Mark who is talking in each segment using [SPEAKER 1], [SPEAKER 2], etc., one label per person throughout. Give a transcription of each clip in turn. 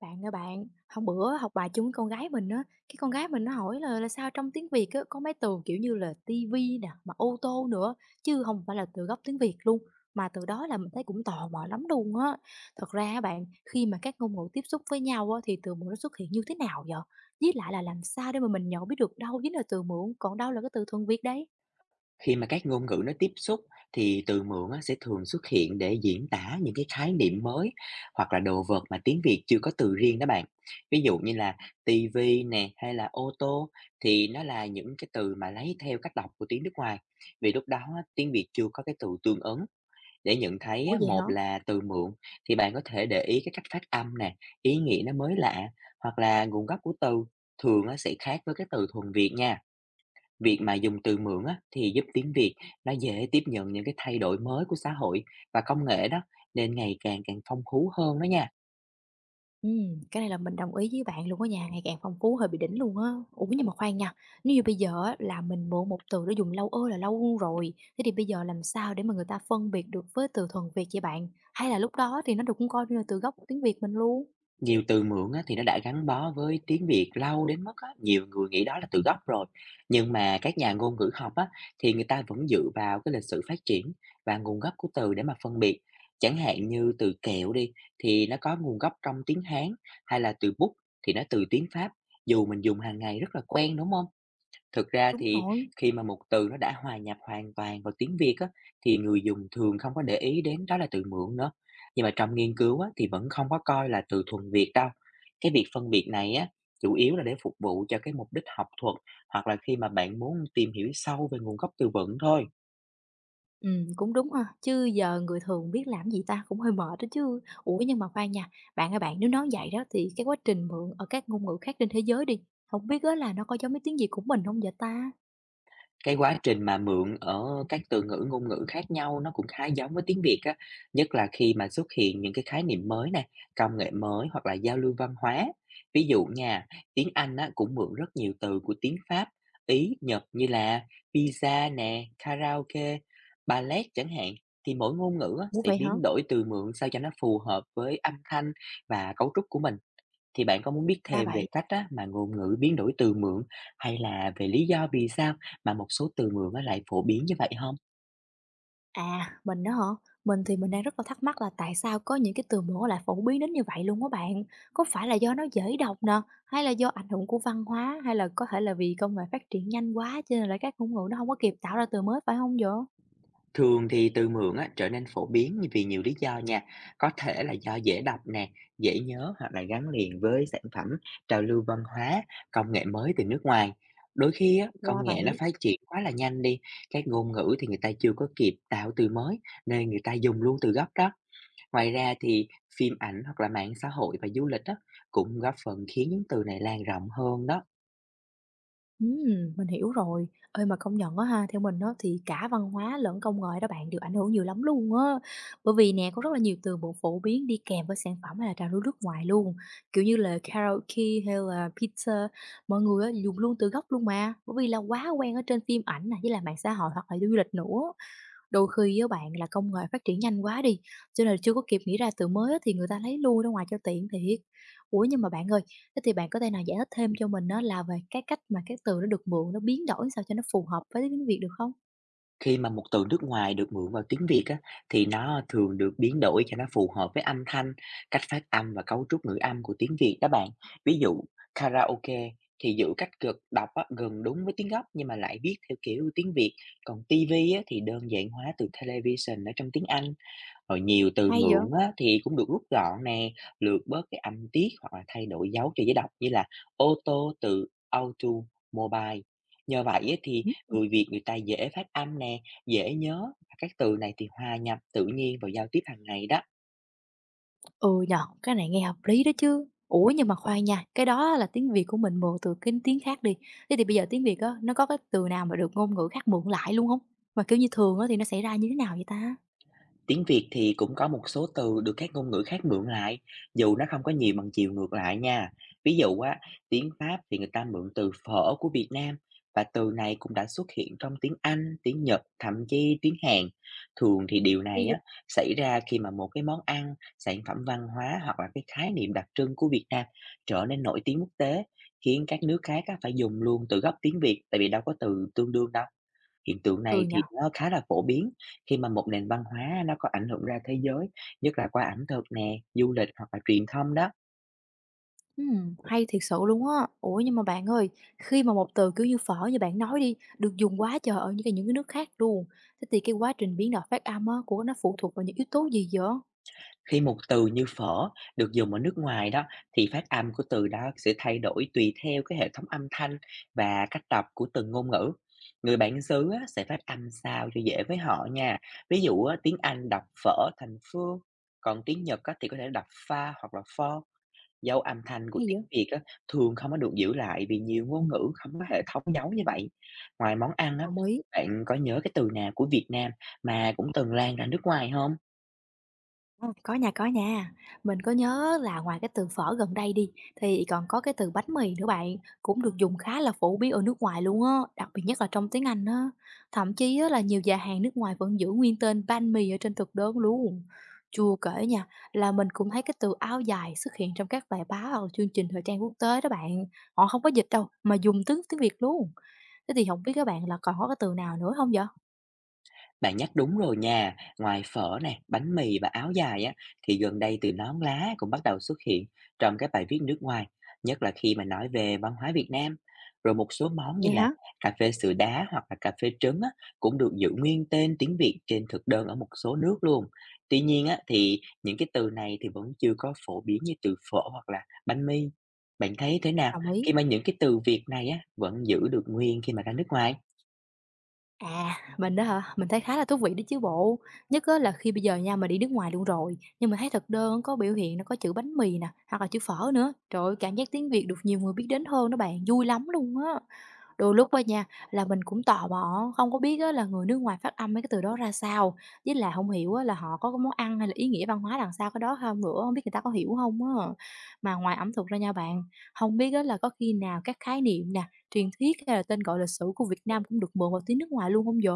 [SPEAKER 1] Bạn ơi bạn, hôm bữa học bài chung với con gái mình á, cái con gái mình nó hỏi là sao trong tiếng Việt á, có mấy từ kiểu như là tivi nè, mà ô tô nữa, chứ không phải là từ gốc tiếng Việt luôn. Mà từ đó là mình thấy cũng tò mò lắm luôn á. Thật ra á bạn, khi mà các ngôn ngữ tiếp xúc với nhau á, thì từ mượn nó xuất hiện như thế nào vậy? Với lại là làm sao để mà mình nhận biết được đâu chính là từ mượn, còn đâu là cái từ thuần Việt đấy?
[SPEAKER 2] Khi mà các ngôn ngữ nó tiếp xúc thì từ mượn á, sẽ thường xuất hiện để diễn tả những cái khái niệm mới hoặc là đồ vật mà tiếng Việt chưa có từ riêng đó bạn. Ví dụ như là tivi nè hay là ô tô thì nó là những cái từ mà lấy theo cách đọc của tiếng nước ngoài. Vì lúc đó á, tiếng Việt chưa có cái từ tương ứng. Để nhận thấy
[SPEAKER 1] Ủa
[SPEAKER 2] á,
[SPEAKER 1] vậy hả?
[SPEAKER 2] một là từ mượn thì bạn có thể để ý cái cách phát âm nè, ý nghĩa nó mới lạ hoặc là nguồn gốc của từ thường á, sẽ khác với cái từ thuần Việt nha. Việc mà dùng từ mượn á, thì giúp tiếng Việt nó dễ tiếp nhận những cái thay đổi mới của xã hội và công nghệ đó, nên ngày càng càng phong phú hơn đó nha.
[SPEAKER 1] Cái này là mình đồng ý với bạn luôn á nha, ngày càng phong phú hơi bị đỉnh luôn á. Ủa, nhưng mà khoan nha, nếu như bây giờ á là mình mượn một từ nó dùng lâu là lâu rồi, thế thì bây giờ làm sao để mà người ta phân biệt được với từ thuần Việt vậy bạn? Hay là lúc đó thì nó được cũng coi như là từ gốc của tiếng Việt mình luôn?
[SPEAKER 2] Nhiều từ mượn á, thì nó đã gắn bó với tiếng Việt lâu đến mức á, nhiều người nghĩ đó là từ gốc rồi. Nhưng mà các nhà ngôn ngữ học á, thì người ta vẫn dựa vào cái lịch sử phát triển và nguồn gốc của từ để mà phân biệt. Chẳng hạn như từ kẹo đi thì nó có nguồn gốc trong tiếng Hán, hay là từ bút thì nó từ tiếng Pháp, dù mình dùng hàng ngày rất là quen đúng không? Thực ra
[SPEAKER 1] Đúng
[SPEAKER 2] thì
[SPEAKER 1] rồi.
[SPEAKER 2] khi mà một từ nó đã hòa nhập hoàn toàn vào tiếng Việt á, thì người dùng thường không có để ý đến đó là từ mượn nữa. Nhưng mà trong nghiên cứu á, thì vẫn không có coi là từ thuần Việt đâu. Cái việc phân biệt này á, chủ yếu là để phục vụ cho cái mục đích học thuật, hoặc là khi mà bạn muốn tìm hiểu sâu về nguồn gốc từ vựng thôi.
[SPEAKER 1] Cũng đúng ha, chứ giờ người thường biết làm gì ta cũng hơi mệt đó chứ. Ủa, nhưng mà khoan nha, bạn ơi bạn, nếu nói vậy đó thì cái quá trình mượn ở các ngôn ngữ khác trên thế giới đi, không biết á là nó có giống với tiếng Việt của mình không vậy ta?
[SPEAKER 2] Cái quá trình mà mượn ở các ngôn ngữ khác nhau nó cũng khá giống với tiếng Việt á, nhất là khi mà xuất hiện những cái khái niệm mới này, công nghệ mới, hoặc là giao lưu văn hóa. Ví dụ nha, tiếng Anh á, cũng mượn rất nhiều từ của tiếng Pháp, Ý, Nhật, như là pizza nè, karaoke, ballet chẳng hạn. Thì mỗi ngôn ngữ á,
[SPEAKER 1] Ủa,
[SPEAKER 2] sẽ
[SPEAKER 1] vậy hả?
[SPEAKER 2] biến đổi từ mượn sao cho nó phù hợp với âm thanh và cấu trúc của mình. Thì bạn có muốn biết
[SPEAKER 1] Ra
[SPEAKER 2] thêm về
[SPEAKER 1] vậy.
[SPEAKER 2] cách á, mà ngôn ngữ biến đổi từ mượn, hay là về lý do vì sao mà một số từ mượn á, lại phổ biến như vậy không?
[SPEAKER 1] À, mình đó hả? Mình thì mình đang rất là thắc mắc là tại sao có những cái từ mẫu lại phổ biến đến như vậy luôn á bạn? Có phải là do nó dễ đọc nè, hay là do ảnh hưởng của văn hóa, hay là có thể là vì công nghệ phát triển nhanh quá cho nên là các ngôn ngữ nó không có kịp tạo ra từ mới phải không vậy?
[SPEAKER 2] Thường thì từ mượn á, trở nên phổ biến vì nhiều lý do nha. Có thể là do dễ đọc nè, dễ nhớ, hoặc là gắn liền với sản phẩm, trào lưu văn hóa, công nghệ mới từ nước ngoài. Đôi khi á,
[SPEAKER 1] Ra
[SPEAKER 2] công nghệ nó
[SPEAKER 1] vậy.
[SPEAKER 2] phát triển quá là nhanh đi, các ngôn ngữ thì người ta chưa có kịp tạo từ mới, nên người ta dùng luôn từ gốc đó. Ngoài ra thì phim ảnh, hoặc là mạng xã hội và du lịch á, cũng góp phần khiến những từ này lan rộng hơn đó.
[SPEAKER 1] Mình hiểu rồi. Ơi mà công nhận á ha, theo mình á thì cả văn hóa lẫn công nghệ đó bạn đều ảnh hưởng nhiều lắm luôn á. Bởi vì nè, có rất là nhiều từ vựng phổ biến đi kèm với sản phẩm hay là trào lưu nước ngoài luôn. Kiểu như là karaoke hay là pizza, mọi người á dùng luôn từ gốc luôn mà, bởi vì là quá quen ở trên phim ảnh nè, với là mạng xã hội hoặc là du lịch nữa. Đôi khi với bạn là công nghệ phát triển nhanh quá đi, cho nên là chưa có kịp nghĩ ra từ mới á thì người ta lấy lui ra ngoài cho tiện thiệt. Ủa, nhưng mà bạn ơi, thế thì bạn có thể nào giải thích thêm cho mình á là về cái cách mà cái từ nó được mượn nó biến đổi sao cho nó phù hợp với tiếng Việt được không?
[SPEAKER 2] Khi mà một từ nước ngoài được mượn vào tiếng Việt á, thì nó thường được biến đổi cho nó phù hợp với âm thanh, cách phát âm và cấu trúc ngữ âm của tiếng Việt đó bạn. Ví dụ karaoke thì giữ cách cực đọc á, gần đúng với tiếng gốc, nhưng mà lại viết theo kiểu tiếng Việt. Còn TV á, thì đơn giản hóa từ television ở trong tiếng Anh. Rồi nhiều từ
[SPEAKER 1] Hay vậy?
[SPEAKER 2] mượn á, thì cũng được rút gọn nè, lược bớt cái âm tiết, hoặc là thay đổi dấu cho dễ đọc, như là ô tô từ auto mobile. Nhờ vậy á, thì
[SPEAKER 1] Ừm,
[SPEAKER 2] người Việt người ta dễ phát âm nè, dễ nhớ, và các từ này thì hòa nhập tự nhiên vào giao tiếp hàng ngày đó.
[SPEAKER 1] ừ nhỉ, cái này nghe hợp lý đó chứ. Ủa, nhưng mà khoan nha, cái đó là tiếng Việt của mình mượn từ cái tiếng khác đi. Thế thì bây giờ tiếng Việt á, nó có cái từ nào mà được ngôn ngữ khác mượn lại luôn không? Mà, kiểu như, thường á thì nó xảy ra như thế nào vậy ta?
[SPEAKER 2] Tiếng Việt thì cũng có một số từ được các ngôn ngữ khác mượn lại, dù nó không có nhiều bằng chiều ngược lại nha. Ví dụ á, tiếng Pháp thì người ta mượn từ phở của Việt Nam, và từ này cũng đã xuất hiện trong tiếng Anh, tiếng Nhật, thậm chí tiếng Hàn. Thường thì điều
[SPEAKER 1] Hay
[SPEAKER 2] này
[SPEAKER 1] ghê.
[SPEAKER 2] á xảy ra khi mà một cái món ăn, sản phẩm văn hóa, hoặc là cái khái niệm đặc trưng của Việt Nam trở nên nổi tiếng quốc tế, khiến các nước khác á, phải dùng luôn từ gốc tiếng Việt, tại vì đâu có từ tương đương đâu. Hiện tượng
[SPEAKER 1] Ừ
[SPEAKER 2] này
[SPEAKER 1] nhỉ.
[SPEAKER 2] thì nó khá là phổ biến khi mà một nền văn hóa nó có ảnh hưởng ra thế giới, nhất là qua ẩm thực nè, du lịch, hoặc là truyền thông đó.
[SPEAKER 1] Hay thiệt sự luôn á. Ủa, nhưng mà bạn ơi, khi mà một từ kiểu như phở như bạn nói đi, được dùng quá trời ở những cái nước khác luôn, thế thì cái quá trình biến đổi phát âm á của nó phụ thuộc vào những yếu tố gì vậy?
[SPEAKER 2] Khi một từ như phở được dùng ở nước ngoài đó, thì phát âm của từ đó sẽ thay đổi tùy theo cái hệ thống âm thanh và cách đọc của từng ngôn ngữ. Người bản xứ á, sẽ phát âm sao cho dễ với họ nha. Ví dụ á, tiếng Anh đọc phở thành phương, còn tiếng Nhật á, thì có thể đọc pha hoặc là pho. Dấu âm thanh của
[SPEAKER 1] Hay
[SPEAKER 2] tiếng
[SPEAKER 1] vậy?
[SPEAKER 2] Việt á, thường không có được giữ lại, vì nhiều ngôn ngữ không có hệ thống dấu như vậy. Ngoài món ăn á,
[SPEAKER 1] Đồng ý.
[SPEAKER 2] bạn có nhớ cái từ nào của Việt Nam mà cũng từng lan ra nước ngoài không?
[SPEAKER 1] Có nha, có nha. Mình có nhớ là ngoài cái từ phở gần đây đi, thì còn có cái từ bánh mì nữa bạn, cũng được dùng khá là phổ biến ở nước ngoài luôn á, đặc biệt nhất là trong tiếng Anh á. Thậm chí á là nhiều nhà hàng nước ngoài vẫn giữ nguyên tên banh mì ở trên thực đơn luôn. Chưa kể nha, là mình cũng thấy cái từ áo dài xuất hiện trong các bài báo hoặc là chương trình thời trang quốc tế đó bạn. Họ không có dịch đâu, mà dùng tiếng tiếng Việt luôn. Thế thì không biết các bạn là còn có cái từ nào nữa không vậy?
[SPEAKER 2] Bạn nhắc đúng rồi nha, ngoài phở nè, bánh mì và áo dài á, thì gần đây từ nón lá cũng bắt đầu xuất hiện trong các bài viết nước ngoài, nhất là khi mà nói về văn hóa Việt Nam. Rồi một số món như
[SPEAKER 1] Vậy
[SPEAKER 2] là
[SPEAKER 1] hả?
[SPEAKER 2] cà phê sữa đá, hoặc là cà phê trứng á, cũng được giữ nguyên tên tiếng Việt trên thực đơn ở một số nước luôn. Tuy nhiên á, thì những cái từ này thì vẫn chưa có phổ biến như từ phở, hoặc là bánh mì. Bạn thấy thế nào
[SPEAKER 1] Đồng ý.
[SPEAKER 2] khi mà những cái từ Việt này á, vẫn giữ được nguyên khi mà ra nước ngoài?
[SPEAKER 1] À, mình đó hả? Mình thấy khá là thú vị đó chứ bộ. Nhất á là khi bây giờ nha, mình đi nước ngoài luôn rồi, nhưng mà thấy thực đơn có biểu hiện nó có chữ bánh mì nè, hoặc là chữ phở nữa. Trời ơi, cảm giác tiếng Việt được nhiều người biết đến hơn đó bạn, vui lắm luôn á. Đôi lúc á nha, là mình cũng tò mò, không có biết á là người nước ngoài phát âm mấy cái từ đó ra sao, với là không hiểu á là họ có cái món ăn hay là ý nghĩa văn hóa đằng sau cái đó không nữa, không biết người ta có hiểu không á. Mà ngoài ẩm thực ra nha bạn, không biết á là có khi nào các khái niệm nè truyền thuyết hay là tên gọi lịch sử của Việt Nam cũng được mượn vào tiếng nước ngoài luôn không vậy?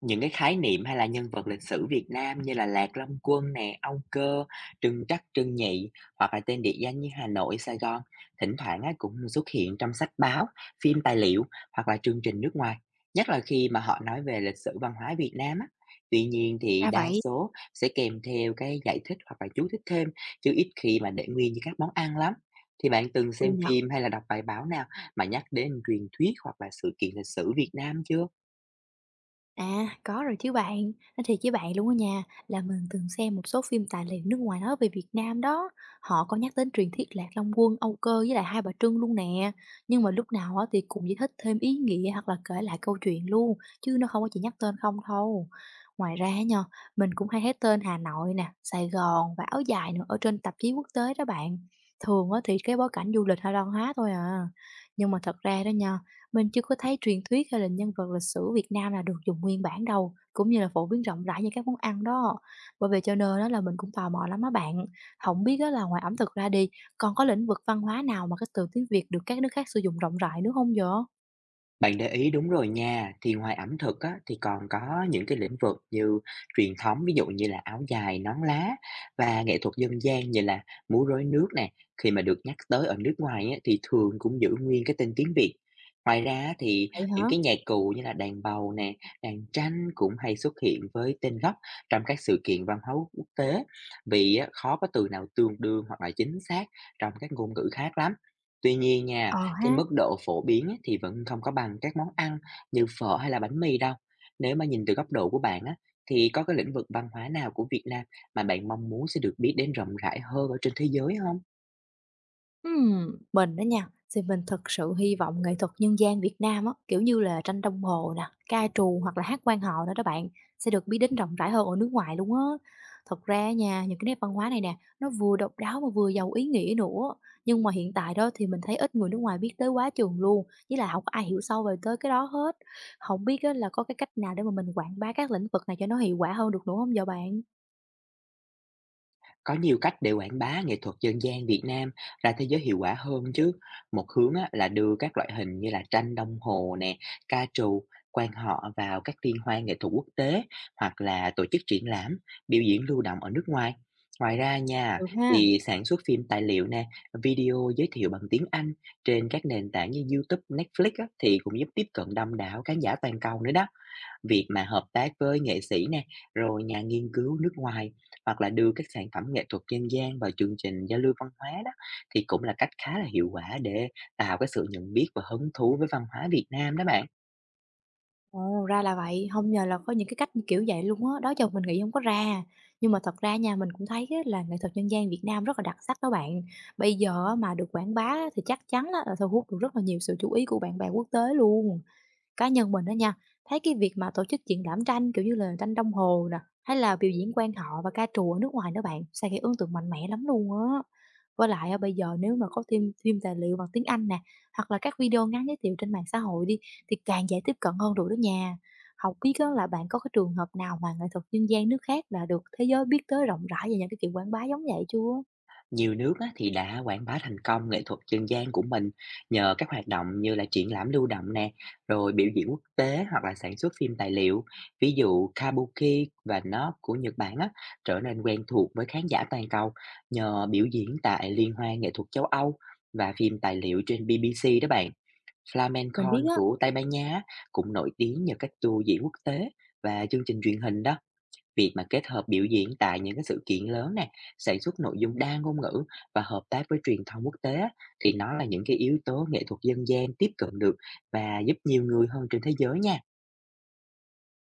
[SPEAKER 2] Những cái khái niệm hay là nhân vật lịch sử Việt Nam, như là Lạc Long Quân nè, Âu Cơ, Trưng Trắc, Trưng Nhị, hoặc là tên địa danh như Hà Nội, Sài Gòn, thỉnh thoảng á, cũng xuất hiện trong sách báo, phim tài liệu, hoặc là chương trình nước ngoài, nhất là khi mà họ nói về lịch sử văn hóa Việt Nam á. Tuy nhiên thì
[SPEAKER 1] Ra
[SPEAKER 2] đa
[SPEAKER 1] vậy,
[SPEAKER 2] số sẽ kèm theo cái giải thích hoặc là chú thích thêm, chứ ít khi mà để nguyên như các món ăn lắm. Thì bạn từng
[SPEAKER 1] ừ
[SPEAKER 2] xem
[SPEAKER 1] nhỉ?
[SPEAKER 2] phim, hay là đọc bài báo nào mà nhắc đến truyền thuyết, hoặc là sự kiện lịch sử Việt Nam chưa?
[SPEAKER 1] À, có rồi chứ bạn, nói thiệt với bạn luôn á nha, là mình từng xem một số phim tài liệu nước ngoài nói về Việt Nam đó, họ có nhắc đến truyền thuyết Lạc Long Quân, Âu Cơ với lại Hai Bà Trưng luôn nè, nhưng mà lúc nào á thì cũng giải thích thêm ý nghĩa hoặc là kể lại câu chuyện luôn, chứ nó không có chỉ nhắc tên không thôi. Ngoài ra á nha, mình cũng hay thấy tên Hà Nội nè, Sài Gòn và áo dài nữa ở trên tạp chí quốc tế đó bạn. Thường á thì cái bối cảnh du lịch hay văn hóa thôi à. Nhưng mà thật ra đó nha, mình chưa có thấy truyền thuyết hay là nhân vật lịch sử Việt Nam là được dùng nguyên bản đâu, cũng như là phổ biến rộng rãi như các món ăn đó. Bởi vậy cho nên đó là mình cũng tò mò lắm á bạn. Không biết á là ngoài ẩm thực ra đi, còn có lĩnh vực văn hóa nào mà cái từ tiếng Việt được các nước khác sử dụng rộng rãi nữa không vậy?
[SPEAKER 2] Bạn để ý đúng rồi nha, thì ngoài ẩm thực á, thì còn có những cái lĩnh vực như truyền thống, ví dụ như là áo dài, nón lá, và nghệ thuật dân gian, như là múa rối nước nè. Khi mà được nhắc tới ở nước ngoài á, thì thường cũng giữ nguyên cái tên tiếng Việt. Ngoài ra á, thì
[SPEAKER 1] Vậy
[SPEAKER 2] những
[SPEAKER 1] hả?
[SPEAKER 2] cái nhạc cụ như là đàn bầu nè, đàn tranh cũng hay xuất hiện với tên gốc trong các sự kiện văn hóa quốc tế, vì á, khó có từ nào tương đương hoặc là chính xác trong các ngôn ngữ khác lắm. Tuy nhiên nha,
[SPEAKER 1] Ờ
[SPEAKER 2] cái
[SPEAKER 1] ha.
[SPEAKER 2] mức độ phổ biến á, thì vẫn không có bằng các món ăn như phở hay là bánh mì đâu. Nếu mà nhìn từ góc độ của bạn á, thì có cái lĩnh vực văn hóa nào của Việt Nam mà bạn mong muốn sẽ được biết đến rộng rãi hơn ở trên thế giới không?
[SPEAKER 1] Mình đó nha, thì mình thực sự hy vọng nghệ thuật nhân gian Việt Nam á, kiểu như là tranh đồng hồ nè, ca trù hoặc là hát quan họ đó đó bạn, sẽ được biết đến rộng rãi hơn ở nước ngoài luôn á. Thật ra nha, những cái nét văn hóa này nè, nó vừa độc đáo mà vừa giàu ý nghĩa nữa. Nhưng mà hiện tại đó thì mình thấy ít người nước ngoài biết tới quá chừng luôn, với là không có ai hiểu sâu về tới cái đó hết. Không biết á, là có cái cách nào để mà mình quảng bá các lĩnh vực này cho nó hiệu quả hơn được nữa không vậy bạn?
[SPEAKER 2] Có nhiều cách để quảng bá nghệ thuật dân gian Việt Nam ra thế giới hiệu quả hơn chứ. Một hướng á, là đưa các loại hình như là tranh đồng hồ nè, ca trù, quan họ vào các liên hoan nghệ thuật quốc tế, hoặc là tổ chức triển lãm, biểu diễn lưu động ở nước ngoài. Ngoài ra nha,
[SPEAKER 1] Được ha.
[SPEAKER 2] thì sản xuất phim tài liệu nè, video giới thiệu bằng tiếng Anh trên các nền tảng như YouTube, Netflix á, thì cũng giúp tiếp cận đông đảo khán giả toàn cầu nữa đó. Việc mà hợp tác với nghệ sĩ nè, rồi nhà nghiên cứu nước ngoài, hoặc là đưa các sản phẩm nghệ thuật dân gian vào chương trình giao lưu văn hóa đó, thì cũng là cách khá là hiệu quả để tạo cái sự nhận biết và hứng thú với văn hóa Việt Nam đó bạn.
[SPEAKER 1] Ồ, ra là vậy, không ngờ là có những cái cách như kiểu vậy luôn á, đó giờ mình nghĩ không có ra. Nhưng mà thật ra nha, mình cũng thấy á là nghệ thuật dân gian Việt Nam rất là đặc sắc đó bạn. Bây giờ á mà được quảng bá á thì chắc chắn á là thu hút được rất là nhiều sự chú ý của bạn bè quốc tế luôn. Cá nhân mình đó nha, thấy cái việc mà tổ chức triển lãm tranh, kiểu như là, tranh đồng hồ nè, hay là biểu diễn quan họ và ca trù ở nước ngoài đó bạn, sẽ gây ấn tượng mạnh mẽ lắm luôn á. Với lại á, bây giờ nếu mà có thêm thêm tài liệu bằng tiếng Anh nè, hoặc là các video ngắn giới thiệu trên mạng xã hội đi, thì càng dễ tiếp cận hơn được đó nha. Học biết á, là bạn có cái trường hợp nào mà nghệ thuật dân gian nước khác là được thế giới biết tới rộng rãi về những cái kiểu quảng bá giống vậy chưa?
[SPEAKER 2] Nhiều nước á, thì đã quảng bá thành công nghệ thuật dân gian của mình nhờ các hoạt động như là triển lãm lưu động nè, rồi biểu diễn quốc tế, hoặc là sản xuất phim tài liệu. Ví dụ Kabuki và nó của Nhật Bản á, trở nên quen thuộc với khán giả toàn cầu nhờ biểu diễn tại Liên hoan nghệ thuật châu Âu và phim tài liệu trên BBC đó bạn.
[SPEAKER 1] Mình biết
[SPEAKER 2] Flamencon
[SPEAKER 1] á.
[SPEAKER 2] của Tây Ban Nha á, cũng nổi tiếng nhờ các tour diễn quốc tế và chương trình truyền hình đó. Việc mà kết hợp biểu diễn tại những cái sự kiện lớn nè, sản xuất nội dung đa ngôn ngữ và hợp tác với truyền thông quốc tế á, thì nó là những cái yếu tố nghệ thuật dân gian tiếp cận được và giúp nhiều người hơn trên thế giới nha.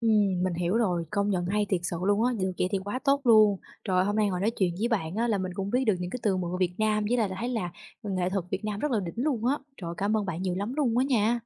[SPEAKER 1] Mình hiểu rồi, công nhận hay thiệt sự luôn á, được vậy thì quá tốt luôn. Rồi hôm nay ngồi nói chuyện với bạn á, là mình cũng biết được những cái từ mượn Việt Nam với lại là thấy là nghệ thuật Việt Nam rất là đỉnh luôn á. Rồi cảm ơn bạn nhiều lắm luôn á nha.